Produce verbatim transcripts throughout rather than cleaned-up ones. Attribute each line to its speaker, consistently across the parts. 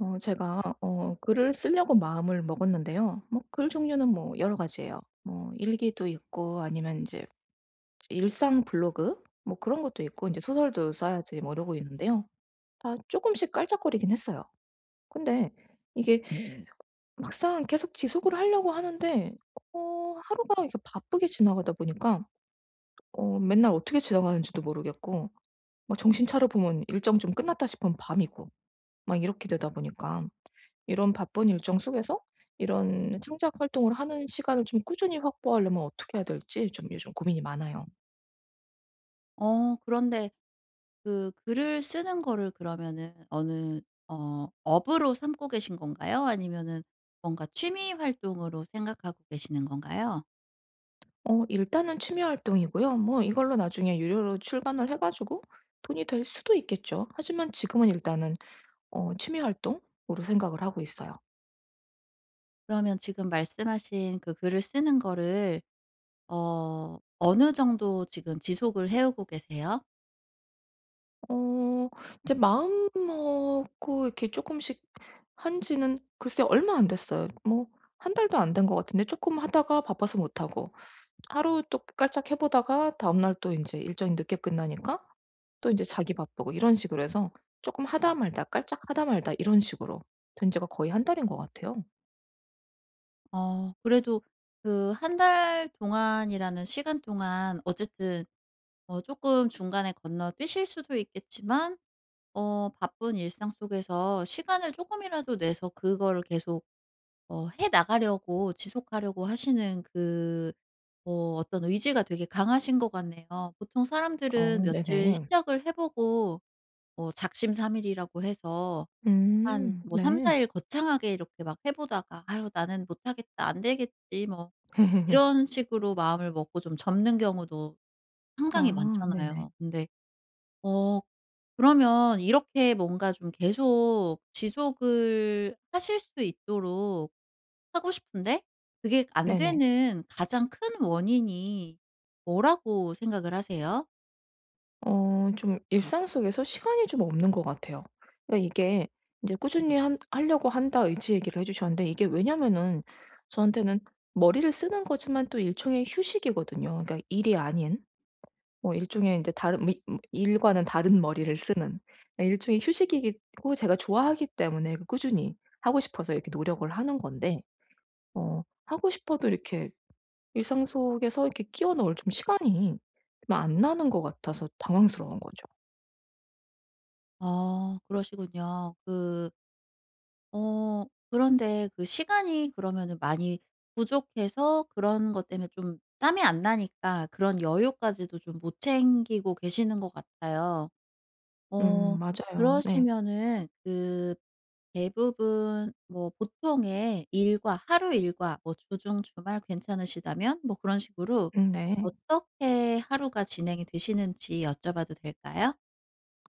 Speaker 1: 어 제가 어 글을 쓰려고 마음을 먹었는데요. 뭐 글 종류는 뭐 여러 가지예요. 뭐 일기도 있고, 아니면 이제 일상 블로그 뭐 그런 것도 있고, 이제 소설도 써야지 뭐 이러고 있는데요. 다 조금씩 깔짝거리긴 했어요. 근데 이게 막상 계속 지속을 하려고 하는데 어 하루가 이렇게 바쁘게 지나가다 보니까 어 맨날 어떻게 지나가는지도 모르겠고, 막 정신 차려 보면 일정 좀 끝났다 싶으면 밤이고, 막 이렇게 되다 보니까 이런 바쁜 일정 속에서 이런 창작 활동을 하는 시간을 좀 꾸준히 확보하려면 어떻게 해야 될지 좀 요즘 고민이 많아요.
Speaker 2: 어 그런데 그 글을 쓰는 거를 그러면은 어느 어 업으로 삼고 계신 건가요? 아니면은 뭔가 취미 활동으로 생각하고 계시는 건가요?
Speaker 1: 어 일단은 취미 활동이고요. 뭐 이걸로 나중에 유료로 출간을 해 가지고 돈이 될 수도 있겠죠. 하지만 지금은 일단은 어 취미 활동으로 생각을 하고 있어요.
Speaker 2: 그러면 지금 말씀하신 그 글을 쓰는 거를 어 어느 정도 지금 지속을 해오고 계세요?
Speaker 1: 어 이제 마음 먹고 이렇게 조금씩 한 지는 글쎄 얼마 안 됐어요. 뭐 한 달도 안 된 것 같은데, 조금 하다가 바빠서 못 하고, 하루 또 깔짝 해 보다가 다음날 또 인제 일정이 늦게 끝나니까 또 인제 자기 바쁘고, 이런 식으로 해서 쪼끔 하다 말다 깔짝 하다 말다 이런 식으로 된 지가 거의 한 달인 것 같아요.
Speaker 2: 어 그래도 그 한 달 동안이라는 시간 동안 어쨌든 어금 중간에 건너뛰실 수도 있겠지만 어 바쁜 일상 속에서 시간을 조금이라도 내서 그거를 계속 어 해 나가려고 지속하려고 하시는 그 어 어떤 의지가 되게 강하신 것 같네요. 보통 사람들은
Speaker 1: 어,
Speaker 2: 며칠
Speaker 1: 네네.
Speaker 2: 시작을 해 보고 뭐 작심삼일이라고 해서 한
Speaker 1: 음,
Speaker 2: 뭐
Speaker 1: 네.
Speaker 2: 삼사 일 거창하게 이렇게 막 해 보다가 '아유 나는 못하겠다. 안 되겠지.' 뭐 이런 식으로 마음을 먹고 좀 접는 경우도 상당히
Speaker 1: 아, 네네.
Speaker 2: 많잖아요. 근데 어 그러면 이렇게 뭔가 좀 계속 지속을 하실 수 있도록 하고 싶은데 그게 안
Speaker 1: 네네.
Speaker 2: 되는 가장 큰 원인이 뭐라고 생각을 하세요?
Speaker 1: 어 좀 일상 속에서 시간이 좀 없는 것 같아요. 그러니까 이게 인제
Speaker 2: 네.
Speaker 1: 꾸준히 한 하려고 한다 의지 얘기를 해 주셨는데, 이게 왜냐면은 저한테는 머리를 쓰는 거지만 또 일종의 휴식이거든요. 그러니까 일이 아닌. 뭐 일종의 인제 다른 미 뭐 일과는 다른 머리를 쓰는, 예 일종의 휴식이고, 제가 좋아하기 때문에 그 꾸준히 하고 싶어서 이렇게 노력을 하는 건데, 어 하고 싶어도 이렇게 일상 속에서 이렇게 끼워 넣을 좀 시간이 좀 안 나는 것 같아서 당황스러운 거죠.
Speaker 2: 어 그러시군요. 그 어 그런데 그 시간이 그러면은 많이 부족해서 그런 것 때문에 좀 짬이 안 나니까 그런 여유까지도 좀 못 챙기고 계시는 것 같아요. 어
Speaker 1: 음, 맞아요. 네.
Speaker 2: 그러시면은 그 대부분 뭐 보통의 일과 하루 일과 뭐 주중 주말 괜찮으시다면 뭐 그런 식으로
Speaker 1: 음, 네.
Speaker 2: 어떻게 하루가 진행이 되시는지 여쭤봐도 될까요?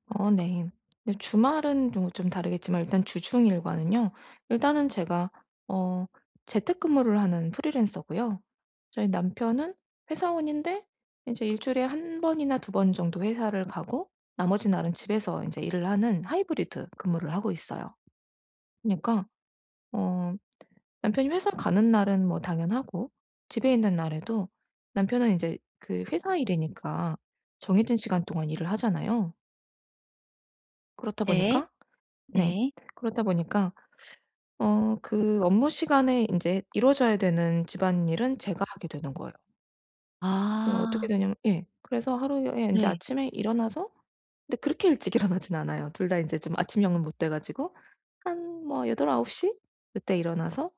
Speaker 1: 어, 네. 근데 주말은 뭐 좀좀 다르겠지만 일단 주중 일과는요, 일단은 제가 어 재택근무를 하는 프리랜서고요. 저희 남편은 회사원인데 이제 일 주일에 한 번이나 두 번 정도 회사를 가고, 나머지 날은 집에서 이제 일을 하는 하이브리드 근무를 하고 있어요. 그니까 러어 남편이 회사 가는 날은 뭐 당연하고, 집에 있는 날에도 남편은 이제 그 회사 일이니까 정해진 시간 동안 일을 하잖아요. 그렇다
Speaker 2: 네.
Speaker 1: 보니까, 네,
Speaker 2: 네.
Speaker 1: 그렇다 보니까 어 그 업무 시간에 인제 이루어져야 되는 집안일은 제가 하게 되는 거예요. 어 어떻게
Speaker 2: 아
Speaker 1: 되냐면, 예. 그래서 하루에 인제
Speaker 2: 네.
Speaker 1: 아침에 일어나서, 근데 그렇게 일찍 일어나진 않아요. 둘 다 인제 좀 아침형은 못 돼 가지고 한 뭐여덟 아9시그 요때 일어나서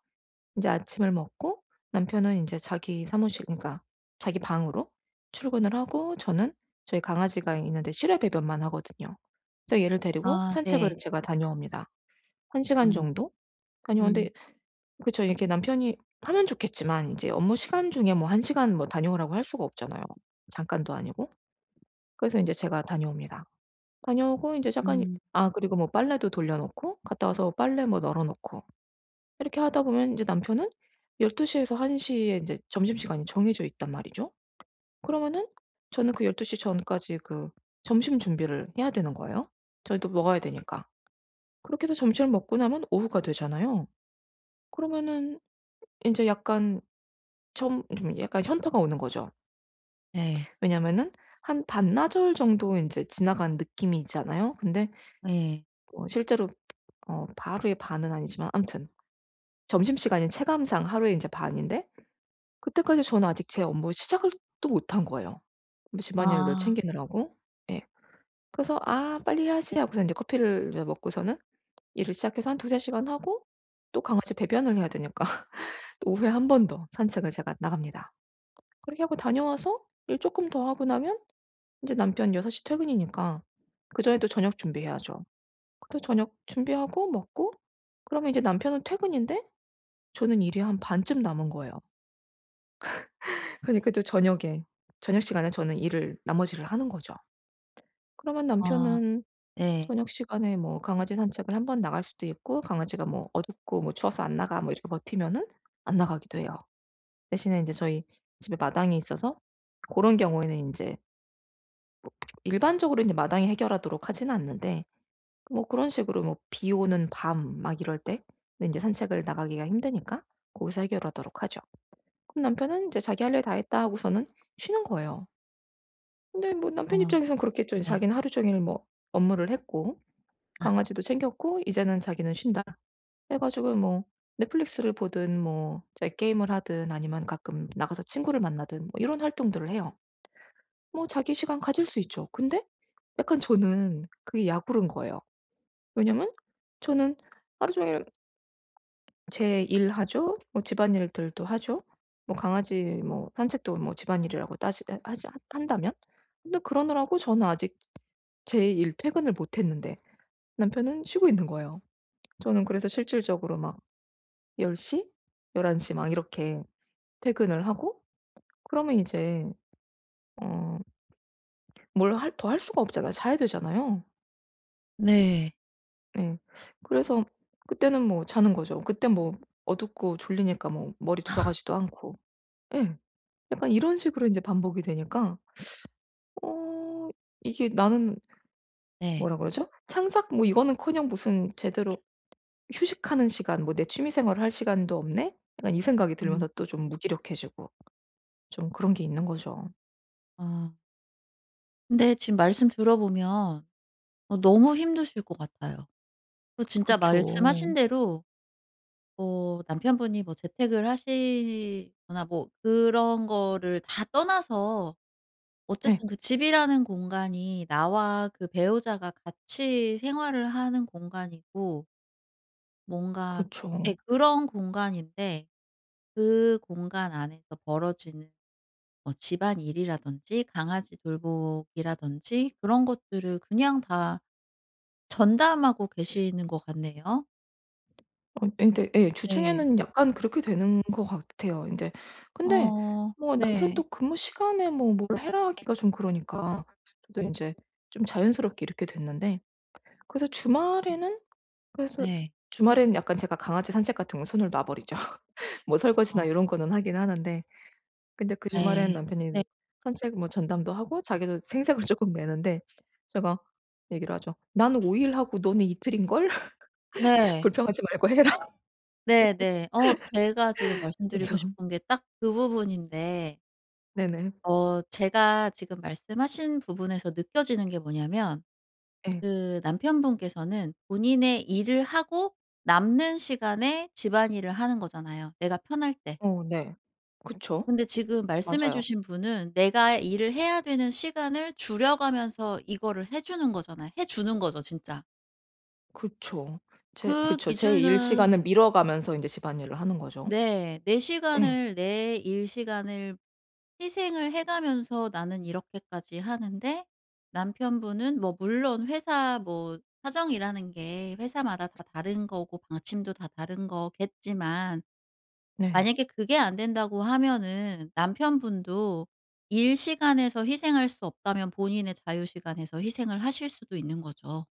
Speaker 1: 인제 아침을 먹고, 남편은 인제 자기 사무실, 그러니까 자기 방으로 출근을 하고, 저는, 저희 강아지가 있는데 실외 배변만 하거든요. 그래서 얘를 데리고
Speaker 2: 아
Speaker 1: 산책을
Speaker 2: 네.
Speaker 1: 제가 다녀옵니다. 한 시간
Speaker 2: 음.
Speaker 1: 정도?
Speaker 2: 음.
Speaker 1: 다녀왔는데, 그쵸, 이렇게 남편이 하면 좋겠지만 이제 업무 시간 중에 뭐 한 시간 뭐 다녀오라고 할 수가 없잖아요. 잠깐도 아니고. 그래서 인제 제가 다녀옵니다. 다녀오고 인제 잠깐 이,
Speaker 2: 음.
Speaker 1: 아 그리고 뭐 빨래도 돌려 놓고 갔다 와서 빨래 뭐 널어 놓고 이렇게 하다 보면 인제 남편은 열두 시에서 한 시에 인제 점심시간이 정해져 있단 말이죠. 그러면은 저는 그 열두 시 전까지 그 점심 준비를 해야 되는 거예요. 저희도 먹어야 되니까. 그렇게 해서 점심을 먹고 나면 오후가 되잖아요. 그러면은 인제 약간 좀 좀 약간 현타가 오는 거죠.
Speaker 2: 네.
Speaker 1: 왜냐면은 하한 반나절 정도 인제 지나간 느낌이 있잖아요. 근데
Speaker 2: 네
Speaker 1: 어 실제로 어 하루의 반은 아니지만 아무튼 점심시간이 체감상 하루의 인제 반인데 그때까지 저는 아직 제 업무 시작을 또 못한 거예요. 뭐 집안일들
Speaker 2: 아.
Speaker 1: 챙기느라고. 예. 그래서 "아, 빨리 해야지." 하고서 인제 커피를 이제 먹고서는 일을 시작해서 한 두세 시간 하고, 또 강아지 배변을 해야 되니까 또 오후에 한 번 더 산책을 제가 나갑니다. 그렇게 하고 다녀와서 일 쪼끔 더 하고 나면 이제 남편 여섯 시 퇴근이니까 그전에 또 저녁 준비해야죠. 또 저녁 준비하고 먹고, 그러면 이제 남편은 퇴근인데 저는 일이 한 반쯤 남은 거예요. 그러니까 또 저녁에 저녁 시간에 저는 일을 나머지 를 하는 거죠. 그러면
Speaker 2: 아
Speaker 1: 남편은
Speaker 2: 네.
Speaker 1: 저녁 시간에 뭐 강아지 산책을 한번 나갈 수도 있고, 강아지가 뭐 "어둡고 뭐 추워서 안 나가." 뭐 이렇게 버티면은 안 나가기도 해요. 대신에 이제 저희 집에 마당이 있어서 그런 경우에는 이제, 일반적으로 이제 마당이 해결하도록 하지는 않는데, 뭐 그런 식으로 뭐 비 오는 밤 막 이럴 때는 인제 산책을 나가기가 힘드니까 거기서 해결하도록 하죠. 그럼 남편은 이제 자기 "할 일 다 했다." 하고서는 쉬는 거예요. 근데 뭐 남편
Speaker 2: 어
Speaker 1: 입장에선 그렇겠죠.
Speaker 2: 네.
Speaker 1: 자기는 하루 종일 뭐 업무를 했고
Speaker 2: 아
Speaker 1: 강아지도 챙겼고 이제는 자기는 쉰다 해 가지고 뭐 넷플릭스를 보든, 뭐 이제 게임을 하든, 아니면 가끔 나가서 친구를 만나든 뭐 이런 활동들을 해요. 뭐 자기 시간 가질 수 있죠. 근데 약간 저는 그게 약오른 거예요. 왜냐면 저는 하루 종일 제 일하죠. 뭐 집안일들도 하죠. 뭐 강아지 뭐 산책도 뭐 집안일이라고 따지 하 하지 한다면. 근데 그러느라고 저는 아직 제 일 퇴근을 못 했는데 남편은 쉬고 있는 거예요. 저는 그래서 실질적으로 막 열 시, 열한 시 막 이렇게 퇴근을 하고, 그러면 이제 어 뭘 할 더 할 수가 없잖아요. 자야 되잖아요.
Speaker 2: 네.
Speaker 1: 네. 그래서 그때는 뭐 자는 거죠. 그때 뭐 어둡고 졸리니까 뭐 머리 돌아가지도 않고. 예. 약간 이런 식으로 이제 반복이 되니까 어 이게, 나는
Speaker 2: 네.
Speaker 1: 뭐라 그러죠, 창작 뭐 이거는커녕 무슨 제대로 휴식하는 시간 뭐 "내 취미 생활을 할 시간도 없네." 약간 이 생각이 들면서
Speaker 2: 음.
Speaker 1: 또 좀 무기력해지고 좀 그런 게 있는 거죠.
Speaker 2: 어 근데 지금 말씀 들어보면 어 너무 힘드실 것 같아요. 그 진짜
Speaker 1: 그쵸.
Speaker 2: 말씀하신 대로 어 남편분이 뭐 재택을 하시거나 뭐 그런 거를 다 떠나서
Speaker 1: 네.
Speaker 2: 어쨌든 그 집이라는 공간이 나와 그 배우자가 같이 생활을 하는 공간이고 뭔가
Speaker 1: 그쵸.
Speaker 2: 예 그런 공간인데 그 공간 안에서 벌어지는 뭐 집안일이라든지 강아지 돌보기라든지 그런 것들을 그냥 다 전담하고 계시는 것 같네요.
Speaker 1: 어 근데 예
Speaker 2: 네.
Speaker 1: 주중에는 약간 그렇게 되는 것 같아요. 인제, 근데
Speaker 2: 어
Speaker 1: 뭐
Speaker 2: 네.
Speaker 1: 남편도 근무 시간에 뭐 뭘 해라 하기가 좀 그러니까 저도 인제 좀 자연스럽게 이렇게 됐는데, 그래서
Speaker 2: 음
Speaker 1: 주말에는 그래서
Speaker 2: 네.
Speaker 1: 주말에는 약간 제가 강아지 산책 같은 건 손을 놔 버리죠. 뭐 설거지나
Speaker 2: 어
Speaker 1: 요런 거는 하긴 하는데, 근데 그 주말에는
Speaker 2: 네.
Speaker 1: 남편이 산책 뭐 전담도 하고 자기도 생색을 쪼끔 내는데 제가 얘기를 하죠. "나는 오 일 하고 너는 이틀인걸?
Speaker 2: 네.
Speaker 1: 불평하지 말고 해라."
Speaker 2: 네네. 어 제가 지금 말씀드리고
Speaker 1: 그래서,
Speaker 2: 싶은 게 딱 그 부분인데
Speaker 1: 네네.
Speaker 2: 어 제가 지금 말씀하신 부분에서 느껴지는 게 뭐냐면
Speaker 1: 예.
Speaker 2: 그 남편분께서는 본인의 일을 하고 남는 시간에 집안일을 하는 거잖아요, 내가 편할 때.
Speaker 1: 어, 네. 그쵸.
Speaker 2: 근데 지금 말씀해
Speaker 1: 맞아요.
Speaker 2: 주신 분은 내가 일을 해야 되는 시간을 줄여가면서 이거를 해 주는 거잖아요. 해 주는 거죠 진짜.
Speaker 1: 그쵸. 제
Speaker 2: 그
Speaker 1: 그쵸. 제 일
Speaker 2: 기준은
Speaker 1: 시간을 미뤄 가면서 인제 집안일을 하는 거죠.
Speaker 2: 네. 내
Speaker 1: 예.
Speaker 2: 시간을 내 일 시간을 희생을 해 가면서 나는 이렇게까지 하는데 남편분은 뭐 물론 회사 뭐 사정이라는 게 회사마다 다 다른 거고 방침도 다 다른 거겠지만
Speaker 1: 네.
Speaker 2: 만약에 그게 안 된다고 하면은 남편분도 일 시간에서 희생할 수 없다면 본인의 자유 시간에서 희생을 하실 수도 있는 거죠.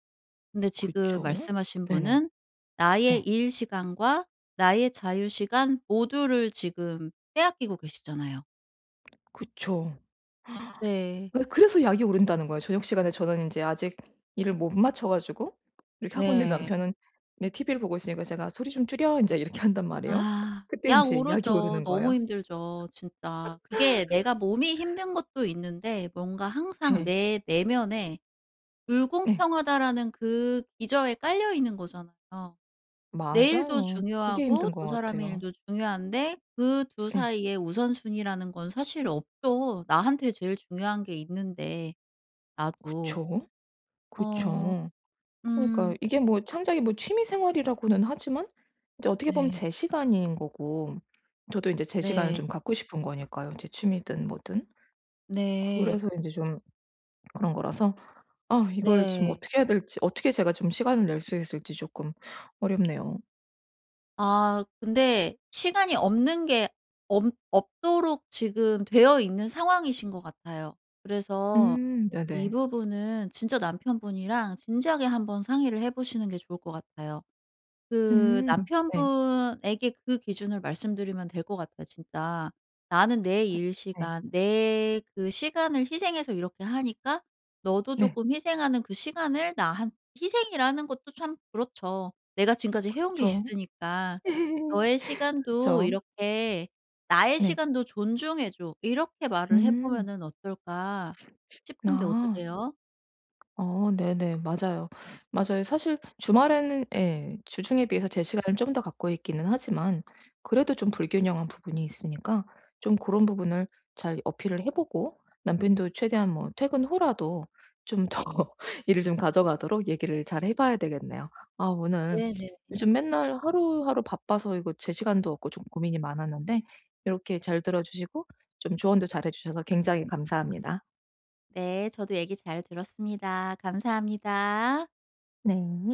Speaker 2: 근데 지금
Speaker 1: 그쵸.
Speaker 2: 말씀하신
Speaker 1: 네네.
Speaker 2: 분은 나의
Speaker 1: 예.
Speaker 2: 일 시간과 나의 자유 시간 모두를 지금 빼앗기고 계시잖아요.
Speaker 1: 그쵸.
Speaker 2: 네.
Speaker 1: 예, 그래서 약이 오른다는 거예요. 저녁 시간에 저는 인제 아직 일을 못 마쳐 가지고 이렇게 하고 있는데,
Speaker 2: 네.
Speaker 1: 남편은, 네, 티비를 보고 있으니까 제가 "소리 좀 줄여." 인제 이렇게 한단 말이에요.
Speaker 2: 아
Speaker 1: 그때
Speaker 2: 약
Speaker 1: 인제 약이
Speaker 2: 오르죠.
Speaker 1: 오르는
Speaker 2: 너무
Speaker 1: 거예요.
Speaker 2: 힘들죠 진짜. 그게 내가 몸이 힘든 것도 있는데 뭔가 항상
Speaker 1: 예.
Speaker 2: 내 내면에
Speaker 1: 예.
Speaker 2: 불공평하다라는 그 기저에 깔려 있는 거잖아요. 내 일도
Speaker 1: 맞아요. 그게
Speaker 2: 중요하고
Speaker 1: 힘든 것
Speaker 2: 저 사람의
Speaker 1: 같아요.
Speaker 2: 일도 중요한데 그 두
Speaker 1: 예.
Speaker 2: 사이에 우선순위라는 건 사실 없죠. 나한테 제일 중요한 게 있는데 나도.
Speaker 1: 그쵸.
Speaker 2: 어
Speaker 1: 그쵸. 그러니까
Speaker 2: 음
Speaker 1: 이게 뭐 창작이 뭐 취미 생활이라고는 하지만 이제 어떻게 보면
Speaker 2: 네.
Speaker 1: 제 시간인 거고, 저도 인제 제 시간을
Speaker 2: 네.
Speaker 1: 좀 갖고 싶은 거니까요, 제 취미든 뭐든.
Speaker 2: 네.
Speaker 1: 그래서 인제 좀 그런 거라서, 아 이걸 지금
Speaker 2: 네.
Speaker 1: 어떻게 해야 될지, 어떻게 제가 좀 시간을 낼 수 있을지 조금 어렵네요.
Speaker 2: 아 근데 시간이 없는 게 없 없도록 지금 되어 있는 상황이신 것 같아요. 그래서
Speaker 1: 음,
Speaker 2: 이
Speaker 1: 네네.
Speaker 2: 부분은 진짜 남편분이랑 진지하게 한번 상의를 해 보시는 게 좋을 것 같아요. 그
Speaker 1: 음, 네.
Speaker 2: 남편분에게 그 기준을 말씀드리면 될 것 같아요 진짜. "나는 내 일
Speaker 1: 네.
Speaker 2: 시간 내 그 시간을 희생해서 이렇게 하니까 너도
Speaker 1: 네.
Speaker 2: 쪼끔 희생하는 그 시간을 나한" 희생이라는 것도 참 그렇죠. 내가 지금까지 해온 게
Speaker 1: 그쵸.
Speaker 2: 있으니까. "너의 시간도
Speaker 1: 그쵸.
Speaker 2: 이렇게 나의
Speaker 1: 네.
Speaker 2: 시간도 존중해 줘." 이렇게 말을 해
Speaker 1: 음.
Speaker 2: 보면은 어떨까 싶은데
Speaker 1: 아.
Speaker 2: 어떠세요?
Speaker 1: 어, 네네. 맞아요. 맞아요. 사실 주말에는, 예, 주중에 비해서 제 시간을 좀 더 갖고 있기는 하지만, 그래도 좀 불균형한 부분이 있으니까 좀 그런 부분을 잘 어필을 해 보고, 남편도 최대한 뭐 퇴근 후라도 좀 더 일을 좀 가져가도록 얘기를 잘 해 봐야 되겠네요. 아, 오늘
Speaker 2: 네네.
Speaker 1: 요즘 맨날 하루하루 바빠서 이거 제 시간도 없고 좀 고민이 많았는데 이렇게 잘 들어 주시고 좀 조언도 잘해 주셔서 굉장히 감사합니다.
Speaker 2: 네. 저도 얘기 잘 들었습니다. 감사합니다.
Speaker 1: 네.